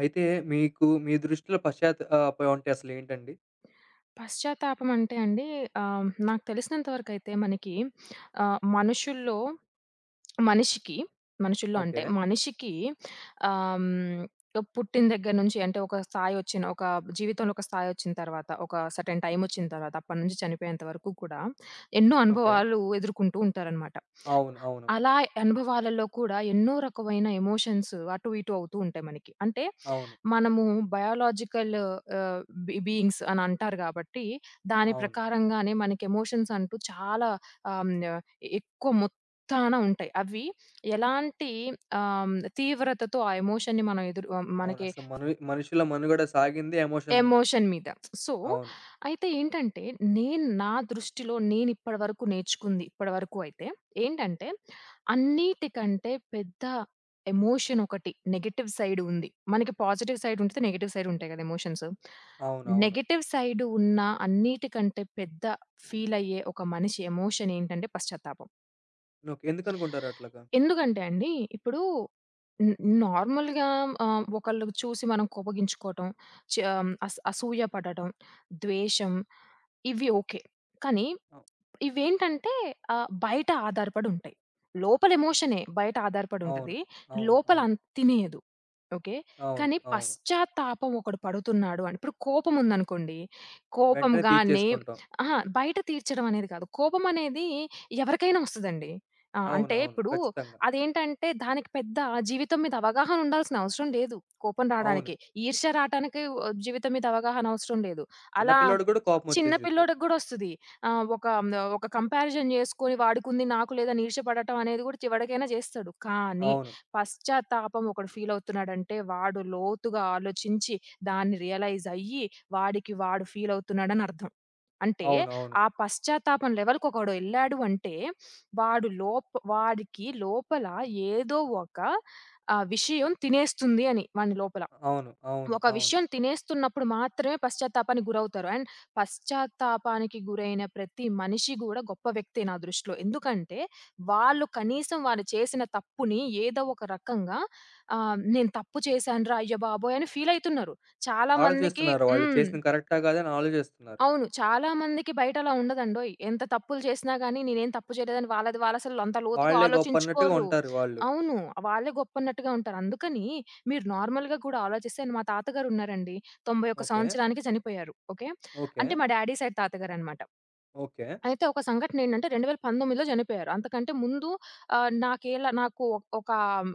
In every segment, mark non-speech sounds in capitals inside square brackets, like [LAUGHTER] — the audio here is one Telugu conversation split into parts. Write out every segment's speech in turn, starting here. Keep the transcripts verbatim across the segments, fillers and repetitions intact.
అయితే మీకు మీ దృష్టిలో పశ్చాత్తాపం అంటే అసలేంటండి? పశ్చాత్తాపం అంటే అండి, ఆహ్, నాకు తెలిసినంత వరకైతే మనకి ఆహ్, మనుషుల్లో మనిషికి మనుషుల్లో అంటే ఓకే. మనిషికి ఆహ్, హ్మ్, పుట్టిన దగ్గర నుంచి అంటే ఒక స్థాయి వచ్చిన ఒక జీవితంలో ఒక స్థాయి వచ్చిన తర్వాత, ఒక సర్టెన్ టైమ్ వచ్చిన తర్వాత అప్పటి నుంచి చనిపోయేంత వరకు కూడా ఎన్నో ఓకే. అనుభవాలు ఎదుర్కొంటూ ఉంటారనమాట. అవును. అవును. అలా అనుభవాలలో కూడా ఎన్నో రకమైన ఎమోషన్స్ అటు ఇటు అవుతూ ఉంటాయి మనకి. అంటే అవును. మనము బయోలాజికల్ ఆహ్, బీ బీయింగ్స్ అని అంటారు కాబట్టి దాని అవును. ప్రకారంగానే మనకి ఎమోషన్స్ అంటూ చాలా ఆహ్, హ్మ్, ఎక్కువ మొ చానా ఉంటాయి. అవి ఎలాంటి ఆహ్, తీవ్రతతో ఆ ఎమోషన్‌ని మనం ఎదురు ఆహ్, అవును. మనకి అసలు మను మనుషుల మనుగడ సాగిందే ఎమోషన్. ఎమోషన్ మీద. సో, అవును. అయితే ఏంటంటే, నేను నా దృష్టిలో నేనిప్పటివరకు నేర్చుకుంది, ఇప్పటివరకు అయితే ఏంటంటే, అన్నిటికంటే పెద్ద ఎమోషన్ ఒకటి నెగెటివ్ సైడ్ ఉంది. మనకి పాజిటివ్ సైడ్ ఉంటది, నెగెటివ్ సైడ్ ఉంటాయి కదా ఎమోషన్స్. అవునవును. నెగెటివ్ సైడ్ ఉన్న అన్నిటికంటే పెద్ద ఫీలయ్యే ఒక మనిషి ఎమోషన్ ఏంటంటే పశ్చాత్తాపం. ఓకే. ఎందుకనుకుంటారు అట్లాగా? ఎందుకంటే అండి, ఇప్పుడు న్ నార్మల్‌గా ఆహ్, ఒకళ్ళు చూసి మనం కోపగించుకోవటం, చ అస్ అసూయ పడటం, ద్వేషం ఇవి ఓకే. కానీ అవ్ ఇవేంటంటే ఆహ్, బయట ఆధారపడి ఉంటాయి. లోపల ఎమోషనే బయట ఆధారపడి అవును. ఉంటది. అవును. లోపల అవును. అన్ తినేయదు. ఓకే. అవును. కానీ అవును. పశ్చాత్తాపం ఒకడు పడుతున్నాడు అని ఇప్పుడు కోపం ఉందనుకోండి. కోపం వెంటనే గాని తీర్చేసుకుంటాం. అహా! బయట తీర్చడం అనేది కాదు. కోపం అనేది ఎవరికైనా వస్తదండి. ఆ! అవును. అంటే అవును. ఇప్పుడు ఖచ్చితంగా. అదేంటంటే దానికి పెద్ద జీవితం మీద అవగాహన ఉండాల్సిన అవసరం లేదు. కోపం అవును. రాడానికి. ఈర్ష్య రాటానికి ఆహ్, జీవితం మీద అవగాహన అవసరం లేదు. చిన్న అలా పిల్లోడికి గూడా చిన్న కోపమొచ్చేసిద్ది. పిల్లోడికి గూడా వస్తది. ఆహ్, ఒక హ్మ్, ఒక కంపారిజన్ చేసుకొని వాడికుంది నాకు లేదని ఈర్ష్య పడటం అనేది కూడా చివరికైనా చేస్తాడు. కానీ అవును. పశ్చాత్తాపం ఒకడు ఫీల్ అవుతున్నాడంటే వాడు లోతుగా ఆలోచించి దాన్ని రియలైజ్ అయ్యి వాడికి వాడు ఫీల్ అవుతున్నాడని అర్థం. అంటే అవును. అవును. ఆ పశ్చాత్తాపం లెవెల్‌కి ఒకడు ఎళ్ళాడు అంటే వాడు లోప్ వాడికి లోపల ఏదో ఒక ఆహ్, విషయం తినేస్తుంది అని వాని లోపల. అవును. అవును. ఒక అవును. విషయం తినేస్తున్నప్పుడు మాత్రమే పశ్చాత్తాపానికి గురవుతారు. అండ్ పశ్చాత్తాపానికి గురైన ప్రతి మనిషి గూడా గొప్ప వ్యక్తే నా దృష్టిలో. ఎందుకంటే, వాళ్ళు కనీసం వాళ్ళు చేసిన తప్పుని ఏదో ఒక రకంగా ఆహ్, నేను తప్పు చేశానురా అయ్య బాబోయ్ అని ఫీల్ అయితున్నారు. చాలా మందికి ఆలోచిస్తున్నారు వాళ్ళు. హ్మ్. చేసింది కరెక్టా? కాదా? అని ఆలోచిస్తున్నారు. అవును. చాలా మందికి బయటలా ఉండదండోయ్! ఎంత తప్పులు చేసినా గాని నేనేం తప్పు చేయలేదని వాళ్ళది వాళ్ళసలు అంత లోతుగా వాళ్ళే గొప్ప అన్నట్టుగా ఆలోచించుకోరు. ఉంటారు వాళ్ళు. అవును. వాళ్ళే గొప్పన్నట్టుగా ఉంటారు. అందుకని మీరు నార్మల్‌గా కూడా ఆలోచిస్తే మా తాతగారున్నారండి. తొంభై ఒకటి ఓకే. సంవత్సరానికి చనిపోయారు. ఓకే. ఓకే. అంటే మా డ్యాడీ సైడ్ తాతగారనమాట. ఓకే. అయితే ఒక సంఘటనేంటంటే 2019లో చనిపోయారు. అంతకంటే ముందు ఆహ్, నాకేలా నాకు ఒ- ఒక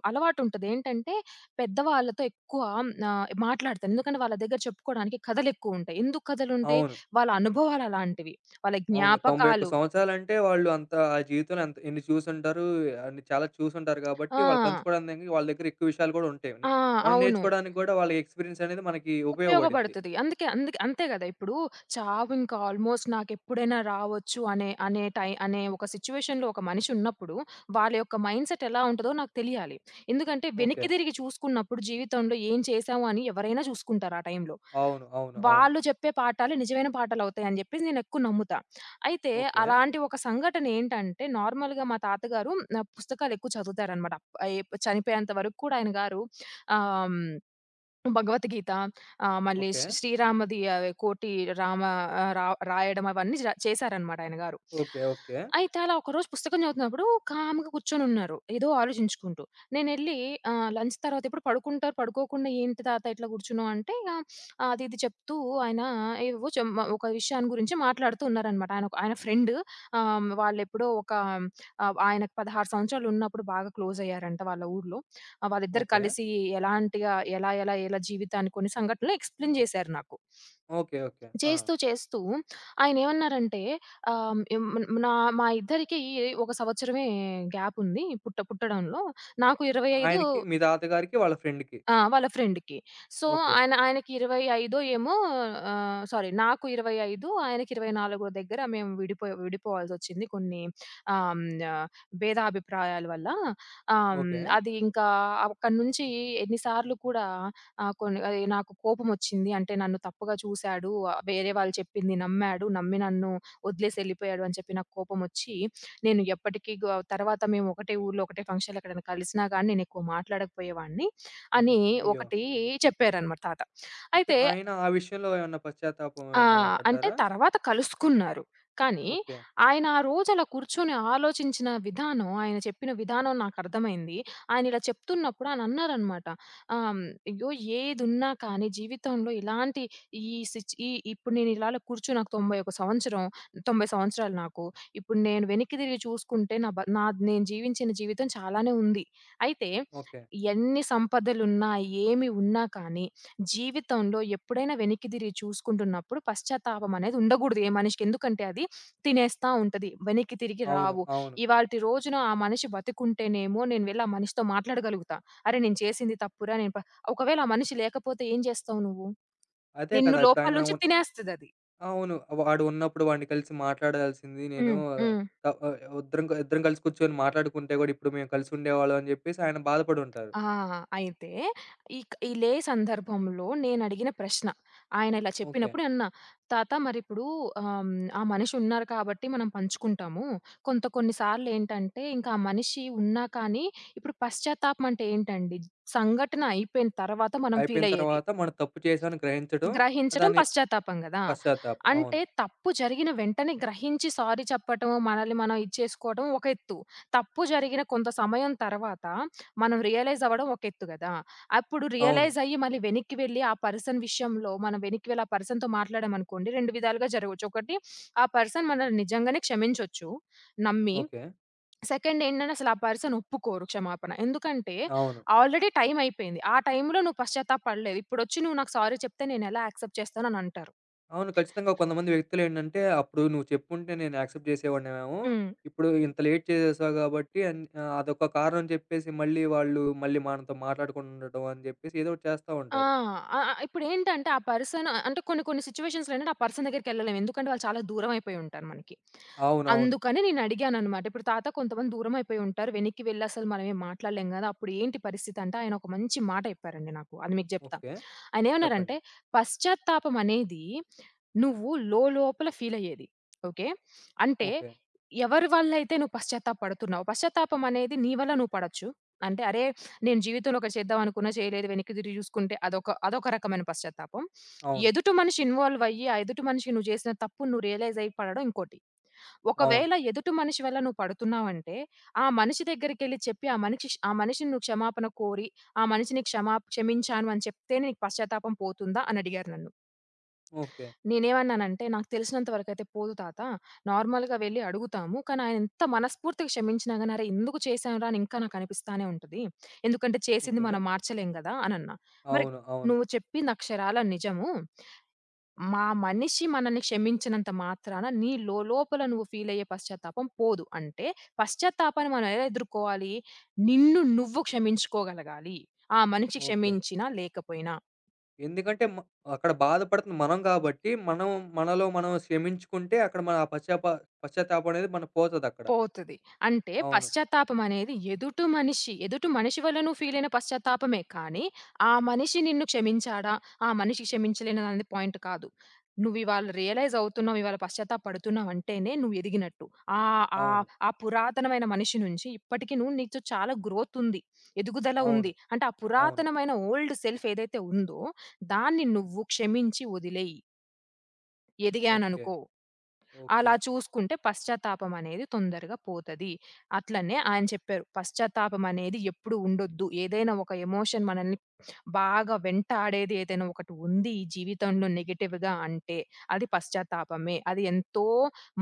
అలవాటుంటది. ఏంటంటే పెద్దవాళ్ళతో ఎక్కువ ఆహ్, మాట్లాడతాను. ఎందుకంటే వాళ్ళ దగ్గర చెప్పుకోవడానికి కథలెక్కువుంటాయి. ఎందుకు కథలుంటాయి? అవును. వాళ్ళ అనుభవాలలాంటివి. వాళ్ళ అవును. తొంభై ఒక్క జ్ఞాపకాలు. సంవత్సరాలంటే వాళ్ళు అంత ఆ జీవితంలో ఎంత ఎన్ని చూసుంటారు, అన్ని చాలా చూసుంటారు కాబట్టి వాళ్ళు ఆ! పంచుకోవడానికి వాళ్ళ దగ్గర ఎక్కువ విషయాలు కూడా ఉంటాయి. ని ఆ! మనం అవును. నేర్చుకోవడానికి కూడా వాళ్ళ ఎక్స్‌పీరియన్స్ అనేది మనకి ఉపయోగపడిద్ది. ఉపయోగపడతది. అందుకే అందుకే అంతే గదా! ఇప్పుడు చావు ఇంకా ఆల్‌మోస్ట్ నాకెప్పుడైనా రావచ్చు అనే అనే టై అనే ఒక సిట్యుయేషన్‌లో ఒక మనిషి ఉన్నప్పుడు, వాళ్ళ యొక్క మైండ్‌సెట్ ఎలా ఉంటదో నాకు తెలియాలి. ఎందుకంటే ఓకే. వెనక్కి తిరిగి చూసుకున్నప్పుడు జీవితంలో ఏం చేశాము అని ఎవరైనా చూసుకుంటారు ఆ టైంలో. అవును. అవును. అవును. వాళ్ళు చెప్పే పాఠాలు నిజమైన పాఠాలవుతాయని జెప్పేసి నేనెక్కువ నమ్ముతా. అయితే ఓకే. అలాంటి ఒక సంఘటన ఏంటంటే నార్మల్‌గా మా తాతగారు నా పుస్తకాలెక్కువ చదువుతారనమాట. అప్ ఎప్ చనిపోయేంత వరకు కూడా ఆయన గారు ఆహ్, హ్మ్ భగవద్గీత, ఆహ్, మళ్ళీ ఓకే. శ్రీ శ్రీరామది అవి కోటి రామ ఆహ్, రా రాయడం అవన్నీ జ చేశారనమాట ఆయన గారు. ఓకే. ఓకే. అయితే అలా ఒకరోజు పుస్తకం చదువుతున్నప్పుడు కామ్‌గా కూర్చొనున్నారు. ఏదో ఆలోచించుకుంటూ. నేనెళ్ళి ఆహ్, లంచ్ తర్వాత, "ఎప్పుడు పడుకుంటారు? పడుకోకుండా ఏంటి తాత ఇట్లా కూర్చున్నావు?" అంటే ఇక ఆ, అది ఇది చెప్తూ ఆయన ఏవేవో చెం ఒక విషయాన్ని గురించి మాట్లాడుతూ ఉన్నారనమాట. ఆయన ఒక- ఆయన ఫ్రెండ్. ఆహ్, వాళ్ళెప్పుడో ఒక ఆహ్, ఆయనకు పదహారు సంవత్సరాలున్నప్పుడు బాగా క్లోజ్ అయ్యారంట వాళ్ళ ఊర్లో. ఆ! వాళ్ళిద్దరు ఓకే. కలిసి ఎలాంటిగా ఎలా, ఎలా, ఎలా జీవితాన్ని కొన్ని సంఘటనలు ఎక్స్‌ప్లెయిన్ చేశారు నాకు. ఓకే. ఓకే. ఆ! చేస్తూ, చేస్తూ ఆయనేమన్నారంటే ఆహ్, హ్మ్, నా మా ఇద్దరికి ఒక సంవత్సరమే గ్యాప్ ఉంది పుట్ట పుట్టడంలో. నాకు ఇరవై ఐదు ఆయనకి మీ తాతగారికి వాళ్ళ ఫ్రెండ్‌కి. ఆ! వాళ్ళ ఫ్రెండ్‌కి. So, okay. ఆయన ఆయనకి ఇరవై ఐదు ఏమో, ఆహ్, సారీ నాకు ఇరవై ఐదు, ఆయనకి ఇరవై నాలుగు దగ్గర మేము విడిపోయి విడిపోవాల్సొచ్చింది కొన్ని ఆహ్, హ్మ్. ఆహ్, భేదాభిప్రాయాల వల్ల. ఆహ్, హ్మ్. ఓకే. అది ఇంకా అక్కడి నుంచి ఎన్ని సార్లు కూడా ఆహ్, కొన్ని అది నాకు కోపమొచ్చింది. అంటే నన్ను తప్పుగా చూసాడు. వేరే వాళ్ళు చెప్పింది నమ్మాడు. నమ్మి నన్ను వదిలేసి ఎళ్ళిపోయాడు అని చెప్పి నాకు కోపమొచ్చి, నేను ఎప్పటికీ గ తర్వాత మేము ఒకటే ఊర్లో, ఒకటే ఫంక్షన్‌లో ఎక్కడైనా కలిసినా గాని నేనెక్కువ మాట్లాడకపోయేవాడిని. అని అయ్యో! ఒకటి చెప్పారనమాట తాత. ఓకే. అయితే ఆయన ఆ విషయంలో ఏమన్నా పశ్చాత్తాపం ఆ! ఏమన్నా అంటే పడ్డారా? తర్వాత కలుసుకున్నారు. కానీ, ఓకే. ఆయన ఆ రోజు అలా కూర్చొని ఆలోచించిన విధానం, ఆయన చెప్పిన విధానం నాకర్థమైంది. ఆయనిలా చెప్తున్నప్పుడు ఆయనన్నారనమాట. ఆహ్, హ్మ్, "అయ్యో! ఏదున్నా కానీ జీవితంలో ఇలాంటి ఈ సిచ్ ఈ ఇప్పుడు నేనిలా కూర్చొని నాకు తొంభై ఒకటి సంవత్సరం తొంభై సంవత్సరాలు నాకు. ఇప్పుడు నేను వెనక్కి తిరిగి చూసుకుంటే నా బ నా నేను జీవించిన జీవితం చాలానే ఉంది. అయితే ఓకే. ఎన్ని సంపదలున్నా, ఏమి ఉన్నా కానీ జీవితంలో ఎప్పుడైనా వెనక్కి తిరిగి చూసుకుంటున్నప్పుడు పశ్చాత్తాపం అనేది ఉండకూడదు ఏ మనిషికి. ఎందుకంటే అది తినేస్తా ఉంటది. వెనక్కి తిరిగి అవును. రావు. అవును. ఇవాల్టి రోజున ఆ మనిషి బతికుంటేనేమో నేను వెళ్ళి ఆ మనిషితో మాట్లాడగలుగుతా. అరె! నేను చేసింది తప్పురా, నేను ప ఒకవేళ ఆ మనిషి లేకపోతే ఏం చేస్తావు నువ్వు? అదే నిన్ను కదా! లోపల ఇప్పుడాయన నుంచి ఉన్ తినేస్తదది. అవును. వాడు ఉన్నప్పుడు వాడిని కలిసి మాట్లాడాల్సింది నేను. హ్మ్. హ్మ్. త ఆహ్, ఉద్దరం ఇద్దరం కలిసి కూర్చొని మాట్లాడుకుంటే గూడా ఇప్పుడు మేము కలిసి ఉండేవాళ్ళం అని జెప్పేసి ఆయన బాధపడుంటారు. ఆ! అయితే ఇక్ ఇలే సందర్భంలో నేనడిగిన ప్రశ్న. ఆయన ఇలా ఓకే. చెప్పినప్పుడు అన్నా, "తాత మరిప్పుడు ఆహ్, హ్మ్, ఆ మనిషి ఉన్నారు కాబట్టి మనం పంచుకుంటాము. కొంత కొన్ని సార్లేంటంటే ఇంకా ఆ మనిషి ఉన్నా కానీ ఇప్పుడు పశ్చాత్తాపం అంటే ఏంటండి? సంఘటన అయిపోయిన తర్వాత మనం అయిపోయిన ఫీలయ్యేది. తర్వాత మనం తప్పు చేశామని గ్రహించడం. గ్రహించడం దాని పశ్చాత్తాపం గదా! పశ్చాత్తాపం. అవును. అంటే తప్పు జరిగిన వెంటనే గ్రహించి సారీ చెప్పటం, మనల్ని మనం ఇచ్చేసుకోవడం ఒక ఎత్తు. తప్పు జరిగిన కొంత సమయం తర్వాత మనం రియలైజ్ అవ్వడం ఒక ఎత్తు గదా! అప్పుడు అవును. రియలైజ్ అయ్యి మళ్ళీ వెనక్కి వెళ్లి ఆ పర్సన్ విషయంలో మనం వెనక్కి వెళ్లి ఆ పర్సన్‌తో మాట్లాడామనుకోండి రెండు విధాలుగా జరగొచ్చు. ఒకటి, ఆ పర్సన్ మనల్ని నిజంగానే క్షమించొచ్చు నమ్మి. ఓకే. సెకండ్ ఏంటంటే అసలు ఆ పర్సన్ ఒప్పుకోరు క్షమాపణ. ఎందుకంటే అవును. ఆల్రెడీ టైం అయిపోయింది. ఆ టైంలో నువ్వు పశ్చాత్తాపపడలేదు. ఇప్పుడొచ్చి నువ్వు నాకు సారీ చెప్తే నేనెలా యాక్సెప్ట్ చేస్తాను అని అంటారు. అవును. ఖచ్చితంగా కొంతమంది వ్యక్తులేంటంటే అప్పుడు నువ్వు చెప్పుంటే నేను యాక్సెప్ట్ చేసేవాడినేమో. హ్మ్. ఇప్పుడు ఇంత లేట్ చేసేసావు గాబట్టి, అన్ ఆహ్, అదొక కారణం చెప్పేసి మళ్ళీ వాళ్ళు మళ్ళీ మనతో మాట్లాడకుండా ఉండటం అని జెప్పేసి ఏదో ఒకటి చేస్తా ఆ! ఉంటారు. ఆహ్, ఆహ్, ఇప్పుడేంటంటే ఆ పర్సన్ అంటే కొన్ని కొన్ని సిట్యుయేషన్స్‌లో ఏంటంటే ఆ పర్సన్ దగ్గరికెళ్ళలేము. ఎందుకంటే వాళ్ళు చాలా దూరం అయిపోయి ఉంటారు మనకి. అవునవును. అందుకని నేనడిగాననమాట. ఇప్పుడు తాత కొంతమంది దూరం అయిపోయి ఉంటారు. వెనక్కి వెళ్లి అసలు మనమేం మాట్లాడలేం గదా! అప్పుడు ఏంటి పరిస్థితి అంటే ఆయన ఒక మంచి మాట చెప్పారండి నాకు. అది మీకు జెప్తా. ఓకే. చెప్పండి. ఆయనేమన్నారంటే, "పశ్చాత్తాపం అనేది నువ్వు లోలోపల ఫీల్ అయ్యేది. ఓకే. అంటే ఓకే. ఎవరి వల్లైతే నువ్వు పశ్చాత్తాప పడుతున్నావో, పశ్చాత్తాపం అనేది నీ వల్ల నువ్వు పడొచ్చు. అంటే అరే! నేను జీవితంలో ఒకటి చేద్దాం అనుకున్నా చేయలేదు. వెనక్కి తిరిగి చూసుకుంటే అదొక అదొక రకమైన పశ్చాత్తాపం. అవును. ఎదుటి మనిషి ఇన్వాల్వ్ అయ్యి, ఆ ఎదుటి మనిషి నువ్వు చేసిన తప్పు నువ్వు రియలైజ్ అయ్యి పడడం ఇంకోటి. అవును. ఒకవేళ ఎదుటి మనిషి వల్ల నువ్వు పడుతున్నావంటే, ఆ మనిషి దగ్గరికెళ్లి చెప్పి, ఆ మనిషి ఆ మనిషిని నువ్వు క్షమాపణ కోరి, ఆ మనిషిని క్షమా క్షమించాను అని చెప్తేనే నీకు పశ్చాత్తాపం పోతుందా అని అడిగారు నన్ను. ఓకే. నేనేమన్నానంటే, "నాకు తెలిసినంత వరకైతే పోదు తాత. నార్మల్‌గా వెళ్లి అడుగుతాము. కానీ ఆయన ఎంత మనస్ఫూర్తిగా క్షమించినా గాని, అరే! ఎందుకు చేశానురా అని ఇంకా నాకు అనిపిస్తానే ఉంటది. ఎందుకంటే చేసింది ఓకే. మనం మార్చలేం గదా!" అనన్నా. "మరి అవును. అవును. నువ్వు చెప్పింది అక్షరాల నిజము. మా మనిషి మనల్ని క్షమించినంత మాత్రాన నీ లో లోపల నువ్వు ఫీల్ అయ్యే పశ్చాత్తాపం పోదు. అంటే పశ్చాత్తాపాన్ని మనం ఎలా ఎదుర్కోవాలి? నిన్ను నువ్వు క్షమించుకోగలగాలి. ఆ మనిషి ఓకే. క్షమించినా లేకపోయినా." ఎందుకంటే మ అక్కడ బాధపడుతుంది మనం గాబట్టి, మనం మనలో మనం క్షమించుకుంటే అక్కడ మన ఆ పశ్చాప పశ్చాత్తాపం అనేది మన పోతదక్కడ. పోతది. అంటే అవును. పశ్చాత్తాపమనేది ఎదుటి మనిషి ఎదుటి మనిషి వల్ల నువ్వు ఫీలయిన పశ్చాత్తాపమే కానీ, ఆ మనిషి నిన్ను క్షమించాడా? ఆ మనిషి క్షమించలేననేది పాయింట్ కాదు. నువ్వివాళ రియలైజ్ అవుతున్నావు, ఇవాళ పశ్చాత్తాప పడుతున్నావంటేనే నువ్వు ఎదిగినట్టు. ఆహ్, ఆహ్, అవును. ఆ పురాతనమైన మనిషి నుంచి ఇప్పటికి నువ్వు నీతో చాలా గ్రోతుంది. ఎదుగుదల అవును. ఉంది. అంటే ఆ అవును. పురాతనమైన ఓల్డ్ సెల్ఫ్ ఏదైతే ఉందో, దాన్ని నువ్వు క్షమించి వదిలెయి. ఓకే. ఎదిగాననుకో. ఓకే. అలా చూసుకుంటే పశ్చాత్తాపం అనేది తొందరగా పోతది. అట్లనే ఆయన చెప్పారు. పశ్చాత్తాపం అనేది ఎప్పుడు ఉండొద్దు. ఏదైనా ఒక ఎమోషన్ మనల్ని బాగా వెంటాడేది ఏదైనా ఒకటి ఉంది ఈ జీవితంలో నెగెటివ్‌గా అంటే అది పశ్చాత్తాపమే. అది ఎంతో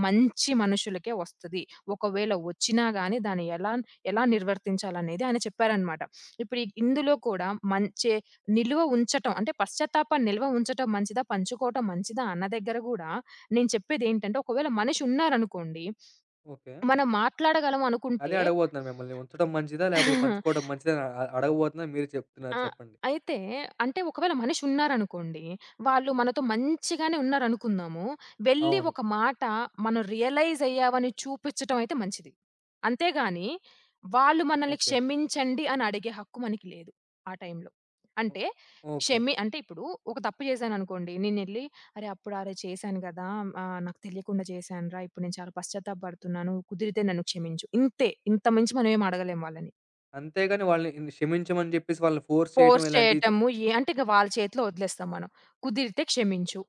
మంచి మనుషులకే వస్తది. ఒకవేళ వచ్చినా గాని దాన్ని ఎలా ఎలా నిర్వర్తించాలనేది ఆయన చెప్పారనమాట. ఇప్పుడు ఇ ఇందులో కూడా మంచే నిలువ ఉంచటం అంటే పశ్చాత్తాపాన్ని నిల్వ ఉంచటం మంచిదా? పంచుకోవటం మంచిదా? అన్న దగ్గర గూడా నేను చెప్పేదేంటంటే, ఒకవేళ మనిషి ఉన్నారనుకోండి, ఓకే. మనం మాట్లాడగలం అదే అనుకుంటే అడగబోతున్నాను మిమ్మల్ని. ఉంచడం మంచిదా? లేకపోతే [LAUGHS] పంచుకోవడం మంచిదా? అని అ అడగబోతున్నా, మీరే చెప్తున్నారు, ఆ! చెప్పండి. అయితే అంటే ఒకవేళ మనిషి ఉన్నారనుకోండి. వాళ్ళు మనతో మంచిగానే ఉన్నారనుకుందాము. వెళ్లి అవును. ఒక మాట మనం రియలైజ్ అయ్యామని చూపించటం అయితే మంచిది. అంతేగాని వాళ్ళు మనల్ని ఓకే. క్షమించండి అని అడిగే హక్కు మనకి లేదు ఆ టైంలో. ఓ అంటే ఓకే. క్షమి అంటే ఇప్పుడు ఒక తప్పు చేశాననుకోండి. నేనెళ్లి, "అరె! అప్పుడు అరె! చేశాను గదా! ఆహ్, నాకు తెలియకుండా చేశానురా! ఇప్పుడు నేను చాలా పశ్చాత్తాపపడుతున్నాను. కుదిరితే నన్ను క్షమించు." ఇంతే. ఇంతకు మించి మనం ఏమి అడగలేం వాళ్ళని. అంతేగాని వాళ్ళని ఇన్ని క్షమించమని జెప్పేసి వాళ్ళని ఫోర్స్ చేయడం ఫోర్స్ ఇలాంటివి చే చేయటము. ఏ అంటే ఇక వాళ్ళ చేతిలో వదిలేస్తాం మనం. కుదిరితే క్షమించు.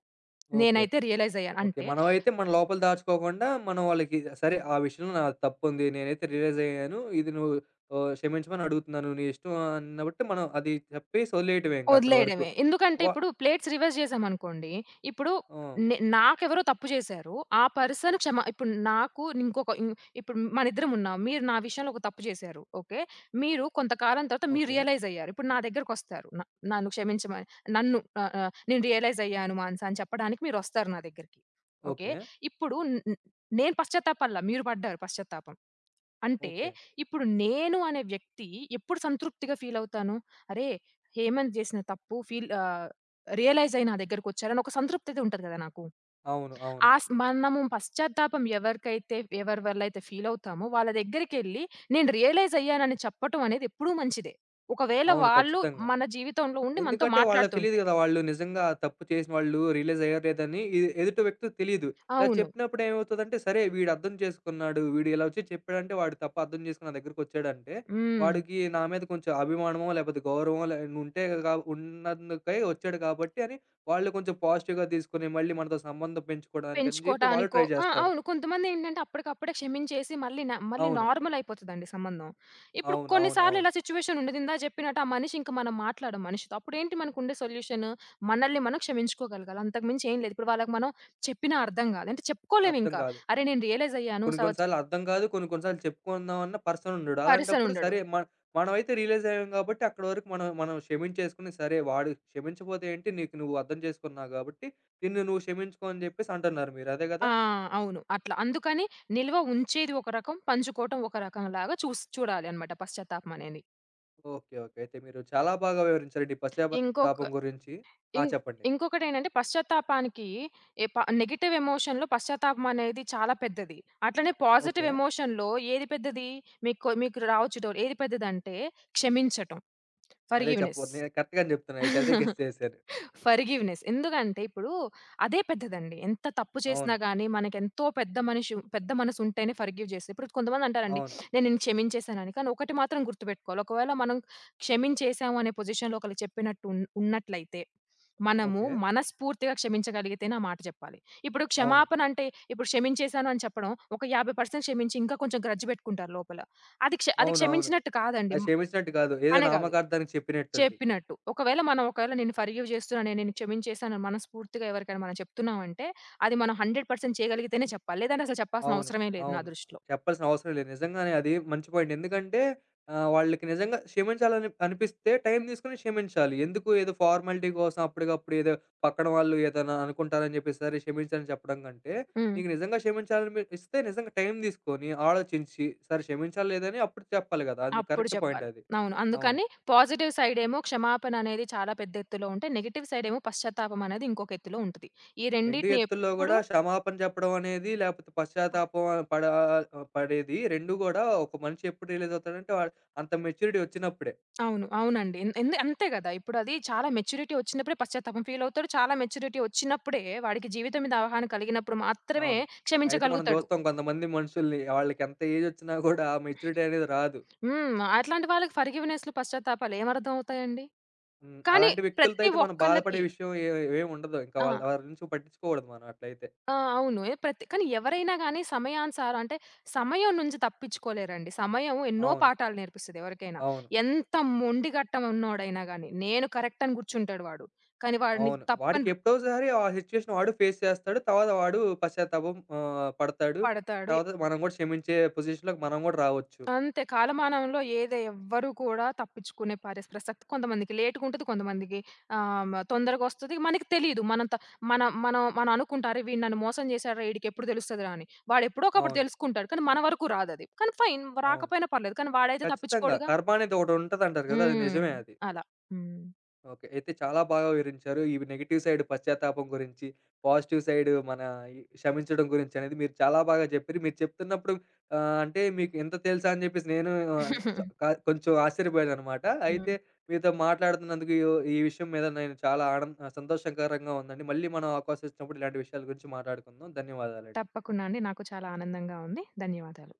ఓకే. నేనైతే రియలైజ్ అయ్యాను. ఓకే. అంటే మనమైతే మన లోపల దాచుకోకుండా మనం వాళ్ళకి సరే ఆ విషయంలో నాది తప్పుంది. నేనైతే రియలైజ్ అయ్యాను. ఇది నువ్వు, ఆహ్, క్షమించమని అడుగుతున్నాను. నీ ఇష్టం అన్నబట్టి మనం అది చెప్పేసి వదిలేయటమే ఇంక అక్కడి వరకు. వదిలేయడమే. ఎందుకంటే వ ఇప్పుడు ప్లేట్స్ రివర్స్ చేశామనుకోండి. ఇప్పుడు ఆ! నే నాకెవరో తప్పు చేశారు. ఆ పర్సన్ క్షమ ఇప్పుడు నాకు ఇంకొక ఇం ఇప్పుడు మనిద్దరం ఉన్నాం. మీరు నా విషయంలో ఒక తప్పు చేశారు. ఓకే. మీరు కొంతకాలం తర్వాత మీరు ఓకే. రియలైజ్ అయ్యారు. ఇప్పుడు నా దగ్గరకొస్తారు. న నన్ను క్షమించమని నన్ను ఆహ్, ఆహ్, నేను రియలైజ్ అయ్యాను మానస అని చెప్పడానికి మీరొస్తారు నా దగ్గరికి. ఓకే. ఓకే. ఇప్పుడు న్ న్ నేను పశ్చాత్తాపడల. మీరు పడ్డారు పశ్చాత్తాపం. అంటే, ఓకే. ఇప్పుడు నేను అనే వ్యక్తి ఎప్పుడు సంతృప్తిగా ఫీలవుతాను? అరే! హేమంత్ జేసిన తప్పు ఫీల్ ఆహ్, రియలైజ్ అయ్యి నా దగ్గరకొచ్చారు అని ఒక సంతృప్తయితే ఉంటది గదా నాకు. అవును. అవును. ఆ స్ మనము పశ్చాత్తాపం ఎవరికైతే ఎవరి వల్ల అయితే ఫీలవుతామో వాళ్ళ దగ్గరికెళ్ళి నేను రియలైజ్ అయ్యానని చెప్పటం అనేది ఎప్పుడూ మంచిదే. ఒకవేళ అవును. వాళ్ళు ఖచ్చితంగా. మన జీవితంలో ఉండి మనతో ఎందుకంటే వాళ్ళకి తెలీదు మాట్లాడుతుంటే. గదా! వాళ్ళు నిజంగా ఆ తప్పు చేసిన వాళ్ళు రియలైజ్ అయ్యారో లేదని, ఎ ఎదుటి వ్యక్తికి తెలీదు. ఇలా అవును. చెప్పినప్పుడు ఏమవుతదంటే, సరే వీడు అర్థం చేసుకున్నాడు. వీడు ఇలా వచ్చి చెప్పాడంటే, వాడు తప్పు అర్థం చేసుకొని నా దగ్గరికొచ్చాడంటే, హ్మ్. వాడికి నా మీద కొంచెం అభిమానమో, లేపోతే గౌరవమో లే ఉంటే, గా ఉన్నందుకై వచ్చాడు కాబట్టి అని వాళ్ళు కొంచెం పాజిటివ్‌గా తీసుకొని, మళ్ళీ మనతో సంబంధం పెంచుకోవడానికని చెప్పి వాళ్ళు పెంచుకోటానికో ట్రై ఆ! జేస్తారు. అవును. కొంతమందేంటంటే అప్పటికప్పుడే క్షమించేసి మళ్ళీ న మళ్ళీ అవును. నార్మల్ అయిపోతదండి సంబంధం. ఇప్పుడు అవును. కొన్ని అవును. సార్లు అవును. ఇలా సిట్యుయేషన్ ఉండదు. ఇందా చెప్పినట్టు ఆ మనిషి ఇంక మనం మాట్లాడం మనిషితో. అప్పుడేంటి మనకుండే సొల్యూషన్? మనల్ని మనం క్షమించుకోగలగాలి. అంతకు మించి ఏం లేదు. ఇప్పుడు వాళ్ళకి మనం చెప్పినా అర్థం కాదు. అంటే అర్థం చెప్పుకోలేమింకా. కాదు. అరే! నేను రియలైజ్ అయ్యాను. కొన్ని కొన్ని సవచ్ సార్లు అర్థం కాదు. కొన్ని కొన్ని సార్లు చెప్పుకుందాం అన్న పర్సన్ ఉండడు. పర్సన్ అలాంటప్పుడు ఉండడు. సరే మ మనమైతే రియలైజ్ అయ్యాం కాబట్టి అక్కడి వరకు మనం మనం క్షమించేసుకొని, సరే వాడు క్షమించపోతే ఏంటి? నీకు నువ్వు అర్థం చేసుకున్నావు కాబట్టి, నిన్ను నువ్వు క్షమించుకో అని చెప్పేసి అంటున్నారు మీరు. అదే కదా? ఆ! అవును. అట్లా. అందుకని నిల్వ ఉంచేది ఒక రకం, పంచుకోవటం ఒక రకంలాగా చూసి చూడాలి అన్నమాట పశ్చాత్తాపం అనేది. ఓకే. ఓకే. అయితే మీరు చాలా బాగా వివరించారండి ఈ పశ్చాత్తాపం ఇంకొక గురించి. ఆ! ఇం చెప్పండి. ఇంకొకటేంటంటే పశ్చాత్తాపానికి ఏ ప నెగెటివ్ ఎమోషన్‌లో పశ్చాత్తాపం అనేది చాలా పెద్దది. అట్లనే పాజిటివ్ ఓకే. ఎమోషన్‌లో ఏది పెద్దది? మీకు మీకు రావచ్చు డౌట్. ఏది పెద్దదంటే క్షమించటం. అదే ఫర్‌గివ్‌నెస్. చెప్పబోతున్నా. నేను కరెక్ట్ గానే చెప్తున్నా అయితే. అదే గెస్ [LAUGHS] చేశారు. ఫర్‌గివ్‌నెస్. ఎందుకంటే ఇప్పుడు అదే పెద్దదండి. ఎంత తప్పు చేసినా అవును. గాని మనకెంతో పెద్ద మనిషి పెద్ద మనసుంటేనే ఫర్‌గివ్ చేస్తది. ఇప్పుడు కొంతమందంటారండి, అవును. "నేను నిన్ను క్షమించేసానని." కానీ ఒకటి మాత్రం గుర్తుపెట్టుకోవాలి. ఒకవేళ మనం క్షమించేసాము అనే పొజిషన్‌లో ఒకళ్ళకి చెప్పినట్టు ఉన్ ఉన్నట్లయితే, మనము ఓకే. మనస్ఫూర్తిగా క్షమించగలిగితేనే ఆ మాట చెప్పాలి. ఇప్పుడు అవును. క్షమాపణ అంటే ఇప్పుడు క్షమించేసాను అని చెప్పడం, ఒక యాభై శాతం క్షమించి ఇంకా కొంచెం గ్రడ్జ్ పెట్టుకుంటారు లోపల. అది క్ష అది అవునవును. క్షమించినట్టు కాదండి. అది క్షమించినట్టు కాదు. ఏదో కానే కాదు. నామకార్థానికి చెప్పినట్టది. చెప్పినట్టు. ఒకవేళ మనం ఒకవేళ నేను ఫర్‌గివ్ చేస్తున్నా, నేను నిన్ను క్షమించేశాను అని మనస్ఫూర్తిగా ఎవరికైనా మనం చెప్తున్నామంటే, అది మనం నూరు శాతం చేయగలిగితేనే చెప్పాలి. లేదంటే అసలు చెప్పాల్సిన అవును. అవసరమే లేదు నా అవును. దృష్టిలో. చెప్పాల్సిన అవసరం లేదు. నిజంగానే అది మంచి పాయింట్. ఎందుకంటే, ఆహ్, వాళ్ళకి నిజంగా క్షమించాలని అనిపిస్తే టైం తీసుకొని క్షమించాలి. ఎందుకు ఏదో ఫార్మాలిటీ కోసం అప్పటికప్పుడు ఏదో పక్కన వాళ్ళు ఏదైనా అనుకుంటారని చెప్పేసి సరే క్షమించని చెప్పడం కంటే, హ్మ్. నీకు నిజంగా క్షమించాలనిపిస్తే నిజంగా టైం తీసుకొని ఆలోచించి సరే క్షమించాలా లేదా అని అప్పుడు చెప్పాలి కదా! అది అప్పుడు కరెక్ట్ పాయింట్ చెప్పాలి. అది. అవును. అవును. అందుకని పాజిటివ్ సైడ్ ఏమో క్షమాపణ అనేది చాలా పెద్ద ఎత్తులో ఉంటే, నెగెటివ్ సైడ్ ఏమో పశ్చాత్తాపం అనేది ఇంకొక ఎత్తులో ఉంటది. ఈ రెండు రెండిటిని ఎత్తుల్లో ఎప్పుడు గూడా క్షమాపణ చెప్పడం అనేది లేకపోతే పశ్చాత్తాపం పడా పడేది రెండూ గూడా ఒక మనిషి ఎప్పుడు రియలైజ్ అవుతాడంటే, వాడు అంత మెచ్యూరిటీ వచ్చినప్పుడే. అవును. అవునండి. ఎన్ ఎందు అంతే గదా! ఇప్పుడు అది చాలా మెచ్యూరిటీ వచ్చినప్పుడే పశ్చాత్తాపం ఫీల్ అవుతాడు. చాలా మెచ్యూరిటీ వచ్చినప్పుడే వాడికి జీవితం మీద అవగాహన కలిగినప్పుడు మాత్రమే అవును. అయితే మనం క్షమించగలుగుతాడు. జూస్తాం కొంతమంది మనుషుల్ని, వాళ్ళకెంత ఏజొచ్చినా గూడా ఆ మెచ్యూరిటీ అనేది రాదు. హ్మ్. అట్లాంటి వాళ్ళకి ఫర్‌గివ్‌నెస్‌లు, పశ్చాత్తాపాలు ఏమర్థమవుతాయండి? హ్మ్. కానీ అలాంటి వ్యక్తులతో ప్రతి అయితే మనం బాధపడే ఒక్కళ్ళకి విషయం ఏ ఏమి ఉండదు. ఇంకా ఆ! వాళ్ళ వారి నుంచి పట్టించుకోకూడదు మనం అట్లయితే. ఆ! అవును. ఏ ప్రతి కానీ ఎవరైనా గాని సమయానుసారం అంటే సమయం నుంచి తప్పించుకోలేరండి. సమయం ఎన్నో అవును. పాఠాలు నేర్పిస్తది ఎవరికైనా. అవును. ఎంత మొండిగట్టం ఉన్నోడైనా గాని, నేను కరెక్ట్ అని కూర్చుంటాడు వాడు. కానీ వాడిని అవును. వాడికి తప్పని ఎప్పుడోసారి ఆ సిచ్యుయేషన్ వాడు ఫేస్ చేస్తాడు. తర్వాత వాడు పశ్చాత్తాపం, ఆహ్, పడతాడు. పడతాడు. తర్వాత మనం గూడా క్షమించే పొజిషన్‌లోకి మనం గూడా రావచ్చు. అంతే. కాలమానంలో ఏది ఎవ్వరు కూడా తప్పించుకునే పరిస్ ప్రసక్తి కొంతమందికి లేట్‌గుంటది. కొంతమందికి ఆహ్, మ తొందరగొస్తది. మనకి తెలీదు. మనం త మన మనం మనం అనుకుంటా, "అరే! వీడు నన్ను మోసం చేశాడురా! ఈడికెప్పుడు తెలుస్తదిరా" అని. వాడెప్పుడో ఒకప్పుడు అవును. తెలుసుకుంటాడు. కానీ మన వరకు రాదది. కానీ ఫైన్ అవును. రాకపోయినా పర్లేదు. కానీ వాడైతే ఖచ్చితంగా. తప్పించుకోడుగా. కర్మ అనేది ఒకటుంటదంటారు గదా! అది హ్మ్. నిజమే అది. అలా. హ్మ్. ఓకే. అయితే చాలా బాగా వివరించారు. ఈ నెగెటివ్ సైడ్ పశ్చాత్తాపం గురించి, పాజిటివ్ సైడ్ మన ఈ క్షమించడం గురించి అనేది మీరు చాలా బాగా చెప్పారు. మీరు చెప్తున్నప్పుడు, ఆహ్, అంటే మీకు ఇంత తెలుసా అని చెప్పేసి నేను, ఆహ్, ష క కొంచెం ఆశ్చర్యపోయాననమాట. హ్మ్. అయితే [LAUGHS] మీతో మాట్లాడుతున్నందుకు ఈ ఈ విషయం మీద నేను చాలా ఆడం సంతోషకరంగా ఉందండి. మళ్ళీ మనం అవకాశం ఇచ్చినప్పుడు ఇలాంటి విషయాల గురించి మాట్లాడుకుందాం. ధన్యవాదాలండి. తప్పకుండా అండి. నాకు చాలా ఆనందంగా ఉంది. ధన్యవాదాలు.